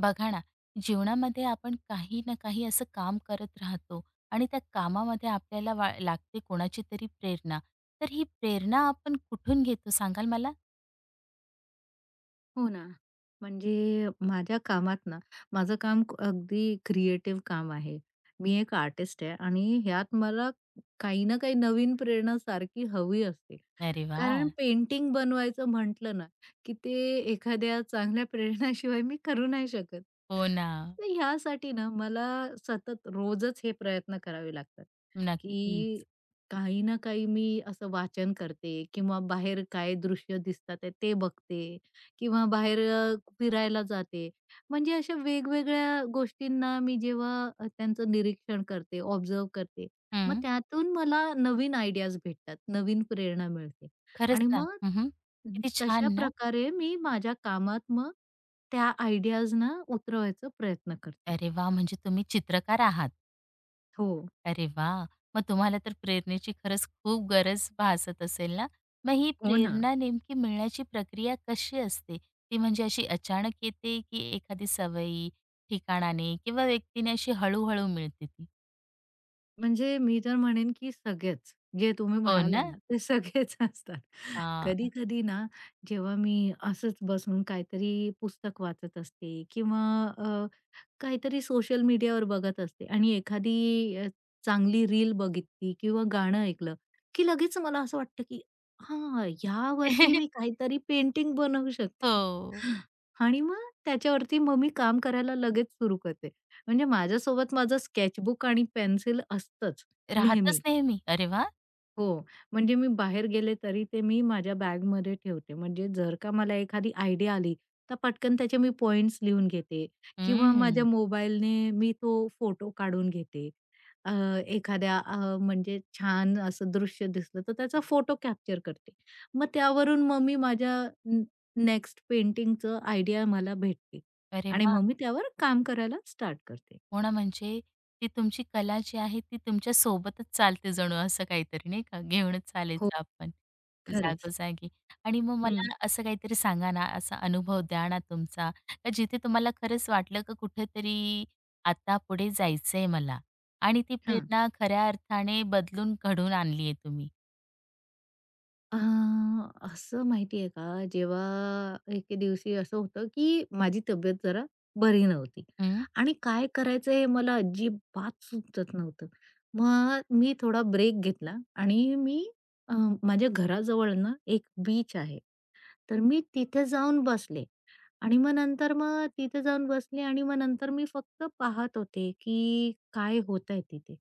बघा ना, जीवनामध्ये आपण काही ना काही असं काम करत राहतो आणि त्या कामामध्ये आपल्याला वा लागते कोणाची तरी प्रेरणा. तर ही प्रेरणा आपण कुठून घेतो सांगाल मला? हो ना. म्हणजे माझ्या कामात ना, अगदी क्रिएटिव्ह काम आहे. मी एक आर्टिस्ट आहे आणि ह्यात मला काही ना काही नवीन प्रेरणा सारखी हवी असते. अरे वा, कारण पेंटिंग बनवायचं म्हटलं ना, की ते एखाद्या चांगल्या प्रेरणाशिवाय मी करू नाही शकत. हो ना, तर ह्यासाठी ना मला सतत रोजच हे प्रयत्न करावे लागतात, नक्कीच. की काही ना काही मी असं वाचन करते किंवा बाहेर काय दृश्य दिसतात आहे ते बघते किंवा बाहेर फिरायला जाते. म्हणजे अशा वेगवेगळ्या गोष्टींना मी जेव्हा त्यांचं निरीक्षण करते, ऑब्झर्व्ह करते, मग हं, त्यातून मला नवीन आयडियाज भेटतात, नवीन प्रेरणा मिळते. खरंच आणि ना. मग हं, हं. किती तशा छान ना. प्रकारे मी माझ्या कामात मग त्या आयडियाजना उतरवायचा प्रयत्न करते. अरे वा, म्हणजे तुम्ही चित्रकार आहात. हो. अरे वाह! मग तुम्हाला तर प्रेरणेची खरंच खूप गरज भासत असेल ना? मग ही हो ना. प्रेरणा नेमकी मिळण्याची प्रक्रिया कशी असते? ती म्हणजे अशी अचानक येते, की एखादी सवयी, ठिकाणाने किंवा व्यक्तीने अशी हळू-हळू मिळते ती? म्हणजे मी तर म्हणेन की सगळेच. जे तुम्ही हो ना? म्हणाला ना, ते सगळेच असतात. हां. कधी-कधी ना, जेव्हा मी असंच बसून काहीतरी पुस्तक वाचत असते किंवा अ काहीतरी सोशल मीडियावर बघत असते आणि एखादी चांगली रील बघितली किंवा गाणं ऐकलं, की लगेच मला असं वाटतं, की हां, ह्यावरती मी काहीतरी पेंटिंग बनवू शकते. हो. आणि मग त्याच्यावरती मग मी काम करायला लगेच सुरू करते. म्हणजे माझ्यासोबत माझं स्केचबुक आणि पेन्सिल असतंच राहतच नेहमी. नेहमी. अरे वाह! हो. म्हणजे मी बाहेर गेले तरी ते मी माझ्या बॅगमध्ये ठेवते. म्हणजे जर का मला एखादी आयडिया आली, तर पटकन त्याचे मी पॉइंट्स लिहून घेते किंवा हं. माझ्या मोबाईलने मी तो फोटो काढून घेते. अ, एखाद्या म्हणजे छान असं दृश्य दिसलं, तर त्याचा फोटो कॅप्चर करते. मग त्यावरून मग मी माझ्या नेक्स्ट पेंटिंगचं आयडिया मला भेटते अरे आणि वाह! मग मी त्यावर काम करायला स्टार्ट करते. हो ना, म्हणजे ती तुमची कला जी आहे ती तुमच्या सोबतच चालते जणू असं काहीतरी नाही का, घेऊनच हो, चालायचं आपण खरंच. जागोजागी. आणि मग मला हं. असं काहीतरी सांगा ना, असा अनुभव द्या ना तुमचा, का जिथे तुम्हाला खरंच वाटलं का कुठेतरी आता पुढे जायचंय मला आणि ती हां. प्रेरणा खऱ्या अर्थाने बदलून घडवून आणली तुम्ही? अ, असं माहिती आहे का, जेव्हा एके दिवशी असं होतं, की माझी तब्येत जरा बरी नव्हती हं. आणि काय करायचं हे मला अजिबात सुचत नव्हतं. मग मी थोडा ब्रेक घेतला आणि मी अ, माझ्या घराजवळ ना एक बीच आहे. तर मी तिथे जाऊन बसले आणि मग नंतर मग तिथे जाऊन बसले आणि मग नंतर मी फक्त पाहत होते, की काय होतंय तिथे.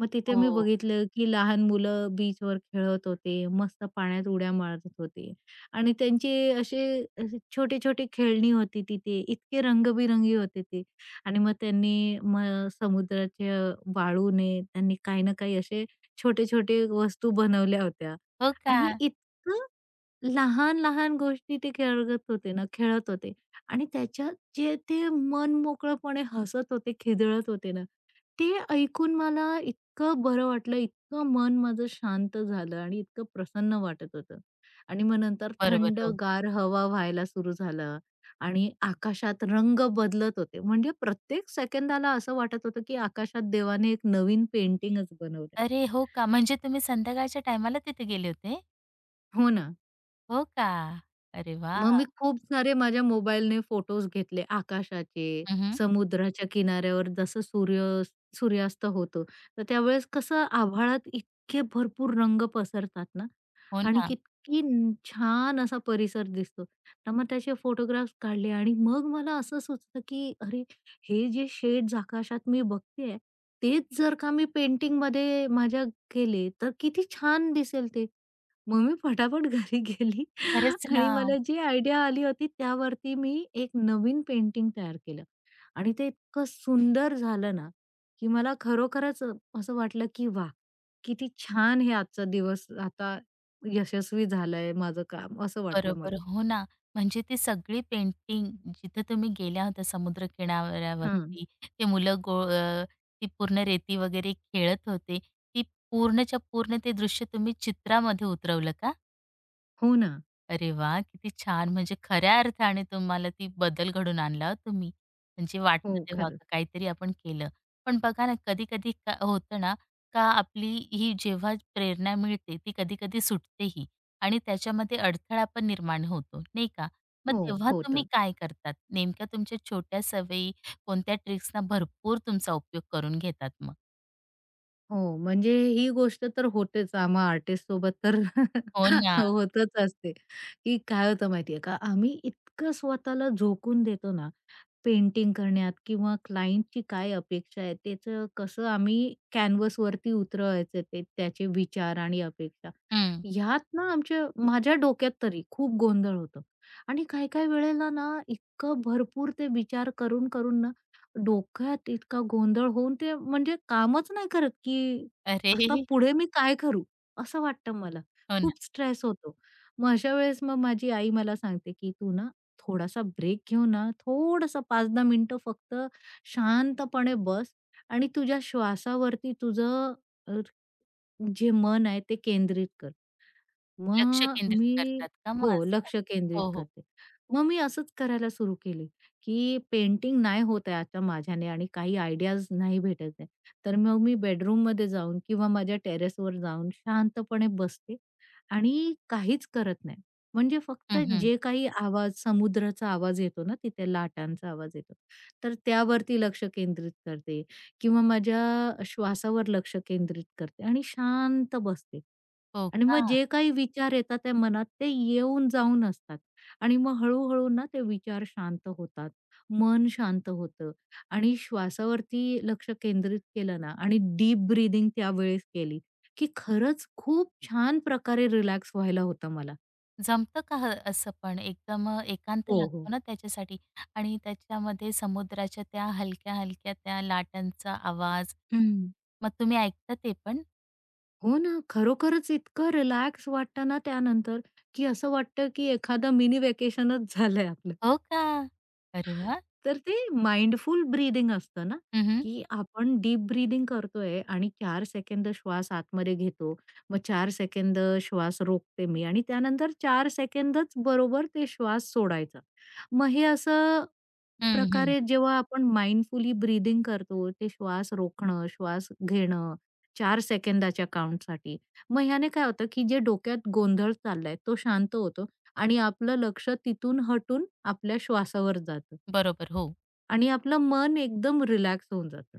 मग तिथे हो. मी बघितलं, की लहान मुलं बीचवर खेळत होते, मस्त पाण्यात उड्या मारत होते आणि त्यांचे असे असे छोटे-छोटे खेळणी होती तिथे. इतके रंगबिरंगी होते ते आणि मग त्यांनी मग समुद्राच्या वाळूने त्यांनी काही ना काही असे छोटे-छोटे वस्तू बनवल्या होत्या हो का? आणि इतकं लहान-लहान गोष्टी ते खेळत होते ना, खेळत होते आणि त्याच्यात जे ते मन मोकळेपणे हसत होते, खिदळत होते ना, ते ऐकून मला इतकं बरं वाटलं, इतकं मन माझं शांत झालं आणि इतकं प्रसन्न वाटत होतं. आणि मग नंतर बरोबर, थंड हो. गार हवा व्हायला सुरू झालं आणि आकाशात रंग बदलत होते. म्हणजे प्रत्येक सेकंदाला असं वाटत होतं, की आकाशात देवाने एक नवीन पेंटिंगच बनवलंय. अरे हो का? म्हणजे तुम्ही संध्याकाळच्या टायमाला तिथे गेले होते? हो ना. हो का? अरे मग वाह! मी खूप सारे माझ्या मोबाईलने फोटोज घेतले आकाशाचे, हं, समुद्राच्या किनाऱ्यावर जसं सूर्य सूर्यास्त होतो. तर त्यावेळेस कसं आभाळात इतके भरपूर रंग पसरतात ना हो आणि ना. किती छान असा परिसर दिसतो. तर मग त्याचे फोटोग्राफ्स काढले आणि मग मला असं सुचलं, की अरे हे जे शेड्स आकाशात मी बघतेय, तेच जर का मी पेंटिंगमध्ये माझ्या केले, तर किती छान दिसेल ते. मग मी पटापट घरी गेली खरंच ना. आणि मला जी आयडिया आली होती त्यावरती मी एक नवीन पेंटिंग तयार केलं आणि ते इतकं सुंदर झालं ना, की मला खरोखरच असं वाटलं की वाह! किती छान हे आजचा दिवस आता यशस्वी झालंय माझं काम असं वाटलं बरोबर. मला. हो ना. म्हणजे ती सगळी पेंटिंग जिथे तुम्ही गेल्या होत्या समुद्र हां. किनाऱ्यावरती, ते मुलं ती पूर्ण रेती वगैरे खेळत होते. ती पूर्णच्या पूर्ण ते दृश्य तुम्ही चित्रामध्ये उतरवलं का? हो ना. अरे वाह! किती छान. म्हणजे खऱ्या अर्थाने तुम्हाला ती बदल घडवून आणला हो तुम्ही. म्हणजे हो, वाटतं तेव्हा खरंच. का काहीतरी आपण केलं. पण बघा ना, कधी-कधी का होतं ना, का आपली ही जेव्हा प्रेरणा मिळते, ती कधी-कधी सुटतेही आणि त्याच्यामध्ये अडथळा पण निर्माण होतो, नाही का? मग हो, तेव्हा तुम्ही होतं. काय करतात? नेमक्या तुमच्या छोट्या सवयी, कोणत्या ट्रिक्सना भरपूर तुमचा उपयोग करून घेतात मग? हो, म्हणजे ही गोष्ट तर होतेच आम्हा आर्टिस्टसोबत तर हो ना. होतच असते, की काय होतं माहितीये का, आम्ही इतकं स्वतःला झोकून देतो ना, पेंटिंग करण्यात किंवा क्लायंटची काय अपेक्षा आहे, त्याचं कसं आम्ही कॅनव्हसवरती उतरवायचं ते त्याचे विचार आणि अपेक्षा. हं. ह्यात ना आमच्या माझ्या डोक्यात तरी खूप गोंधळ होतो आणि काही-काही वेळेला ना इतकं भरपूर ते विचार करून ना डोक्यात इतका गोंधळ होऊन ते म्हणजे कामच नाही करत, की अरे! आता पुढे मी काय करू? असं वाटतं मला. हो ना. खूप स्ट्रेस होतो. मग अशा वेळेस मग माझी आई मला सांगते, की "तू ना थोडासा ब्रेक घेऊ ना, थोड़ासा 5-10 मिनिटं फक्त शांतपणे बस आणि तुझ्या श्वासावरती तुझं अ, जे मन आहे ते केंद्रित कर. लक्ष मग केंद्रित मी करतात का मग हो, असं? लक्ष केंद्रित हो, हो. करते. मग मी असंच करायला सुरू केली, की पेंटिंग नाही होत आहे आता माझ्याने आणि काही आयडियाज नाही भेटत आहे. तर मग मी बेडरूममध्ये जाऊन किंवा माझ्या टेरेसवर जाऊन शांतपणे बसते आणि काहीच करत नाही. म्हणजे फक्त हं, हं. जे काही आवाज, समुद्राचा आवाज येतो ना तिथे लाटांचा आवाज येतो, तर त्यावरती लक्ष केंद्रित करते किंवा माझ्या श्वासावर लक्ष केंद्रित करते आणि शांत बसते. हो आणि मग का? जे काही विचार येतात त्या मनात ते येऊन जाऊन असतात आणि मग हळू-हळू ना ते विचार शांत होतात. मन शांत होतं आणि श्वासावरती लक्ष केंद्रित केलं ना आणि डीप ब्रीथिंग त्यावेळेस केली, की खरंच खूप छान प्रकारे रिलॅक्स व्हायला होतं मला. जमतं का ह असं पण? एकदम एकांत हो, हो. लागतो ना त्याच्यासाठी आणि त्याच्यामध्ये समुद्राच्या त्या हलक्या-हलक्या त्या लाटांचा आवाज, हं. मग तुम्ही ऐकता ते पण? हो ना, खरोखरच इतकं रिलॅक्स वाटतं ना त्यानंतर, की असं वाटतं की एखादं मिनी व्हॅकेशनच झालंय आपलं. हो का? अरे वाह! तर ते माइंडफुल ब्रीदिंग असतं ना, हं, हं. की आपण डीप ब्रीदिंग करतोय आणि 4 सेकंद श्वास आतमध्ये घेतो. मग 4 सेकंद श्वास रोखते मी आणि त्यानंतर 4 सेकंदच बरोबर ते श्वास सोडायचा. मग हे असं प्रकारे जेव्हा आपण माइंडफुली ब्रीदिंग करतो, ते श्वास रोखणं, श्वास घेणं 4 सेकंदाच्या काउंटसाठी. मग ह्याने काय होतं, की जे डोक्यात गोंधळ चाललाय तो शांत होतो आणि आपलं लक्ष तिथून हटून आपल्या श्वासावर जातं. बरोबर, हो. आणि आपलं मन एकदम रिलॅक्स होऊन जातं.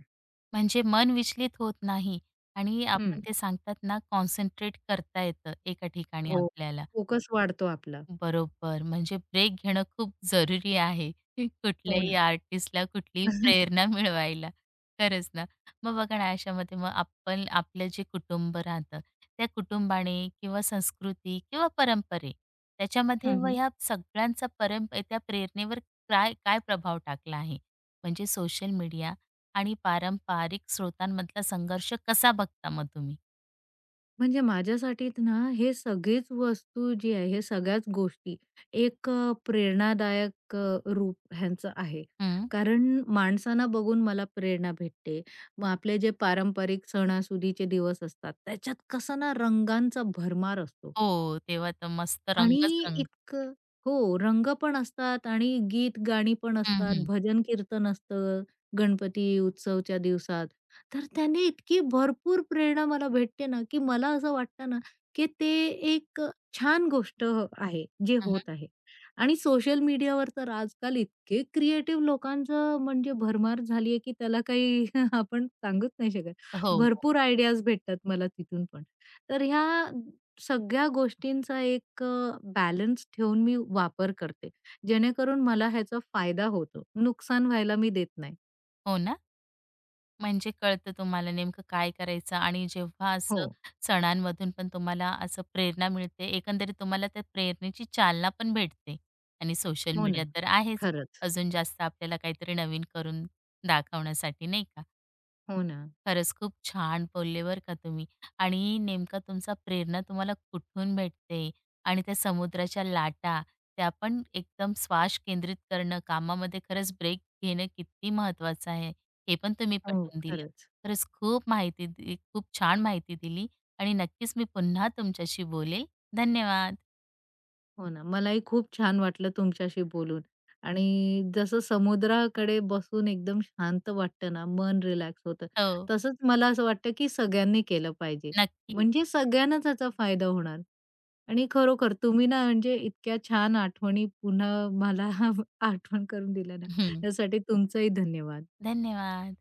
म्हणजे मन विचलित होत नाही आणि आपण हं. ते सांगतात ना, कॉन्सन्ट्रेट करता येतं एका ठिकाणी हो, आपल्याला. फोकस वाढतो आपला. बरोबर. म्हणजे ब्रेक घेणं खूप जरुरी आहे. हो कुठल्याही ना. आर्टिस्टला कुठलीही प्रेरणा मिळवायला. खरंच ना. मग बघा ना, अशामध्ये मग आपण आपलं जे कुटुंब राहतं, त्या कुटुंबाने किंवा संस्कृती किंवा परंपरे त्याच्यामध्ये हं, व हं. ह्या सगळ्यांचा परंप त्या प्रेरणेवर काय काय प्रभाव टाकला आहे? म्हणजे सोशल मीडिया आणि पारंपरिक स्रोतांमधला संघर्ष कसा बघता मग तुम्ही? म्हणजे माझ्यासाठी त ना हे सगळीच वस्तू जी आहे, हे सगळ्याच गोष्टी एक प्रेरणादायक रूप ह्यांचं आहे. हं. कारण माणसांना बघून मला प्रेरणा भेटते. मग आपले जे पारंपरिक सणासुदीचे दिवस असतात, त्याच्यात कसा ना रंगांचा भरमार असतो. हो, तेव्हा तर मस्त आणि रंगच रंग. इतकं हो, रंग पण असतात आणि गीत गाणी पण हं, असतात, हं. भजन कीर्तन असतं गणपती उत्सवच्या दिवसात. तर त्याने इतकी भरपूर प्रेरणा मला भेटते ना, की मला असं वाटतं ना, की ते एक छान गोष्ट आहे, जे हं, होत आहे. आणि सोशल मीडियावर तर आजकाल इतके क्रिएटिव्ह लोकांचं म्हणजे भरमार झाली आहे, की त्याला काही आपण सांगूच नाही शकत. हो. भरपूर आयडियाज भेटतात मला तिथून पण. तर ह्या सगळ्या गोष्टींचा एक बॅलन्स ठेवून मी वापर करते, जेणेकरून मला ह्याचा फायदा होतो. नुकसान व्हायला मी देत नाही. हो ना. म्हणजे कळतं तुम्हाला नेमकं काय करायचं आणि जेव्हा हो, असं सणांमधून पण तुम्हाला असं प्रेरणा मिळते, एकंदरीत तुम्हाला त्या प्रेरणेची चालना पण भेटते आणि सोशल हो ना. मीडिया तर आहेच, खरंच. अजून जास्त आपल्याला काहीतरी नवीन करून दाखवण्यासाठी, नाही का? हो ना. खरंच खूप छान बोलले बरं का तुम्ही आणि नेमका तुमचा प्रेरणा तुम्हाला कुठून भेटते आणि त्या समुद्राच्या लाटा त्या पण एकदम श्वास केंद्रित करणं कामामध्ये खरंच ब्रेक घेणं किती महत्वाचं आहे हे पण तुम्ही हो, पटवून दिलं खरंच. खरंच खूप खूप छान माहिती दिली आणि नक्कीच मी पुन्हा तुमच्याशी बोलेल धन्यवाद हो ना. मलाही खूप छान वाटलं तुमच्याशी बोलून आणि जसं समुद्राकडे बसून एकदम शांत वाटतं ना, मन रिलॅक्स होतं. हो तसंच मला असं वाटतं, की सगळ्यांनी केलं पाहिजे. नक्कीच म्हणजे सगळ्यांना त्याचा फायदा होणार. आणि खरोखर तुम्ही ना म्हणजे इतक्या छान आठवणी पुन्हा मला आठवण करून दिल्या ना, हं, यासाठी तुमचंही धन्यवाद. धन्यवाद.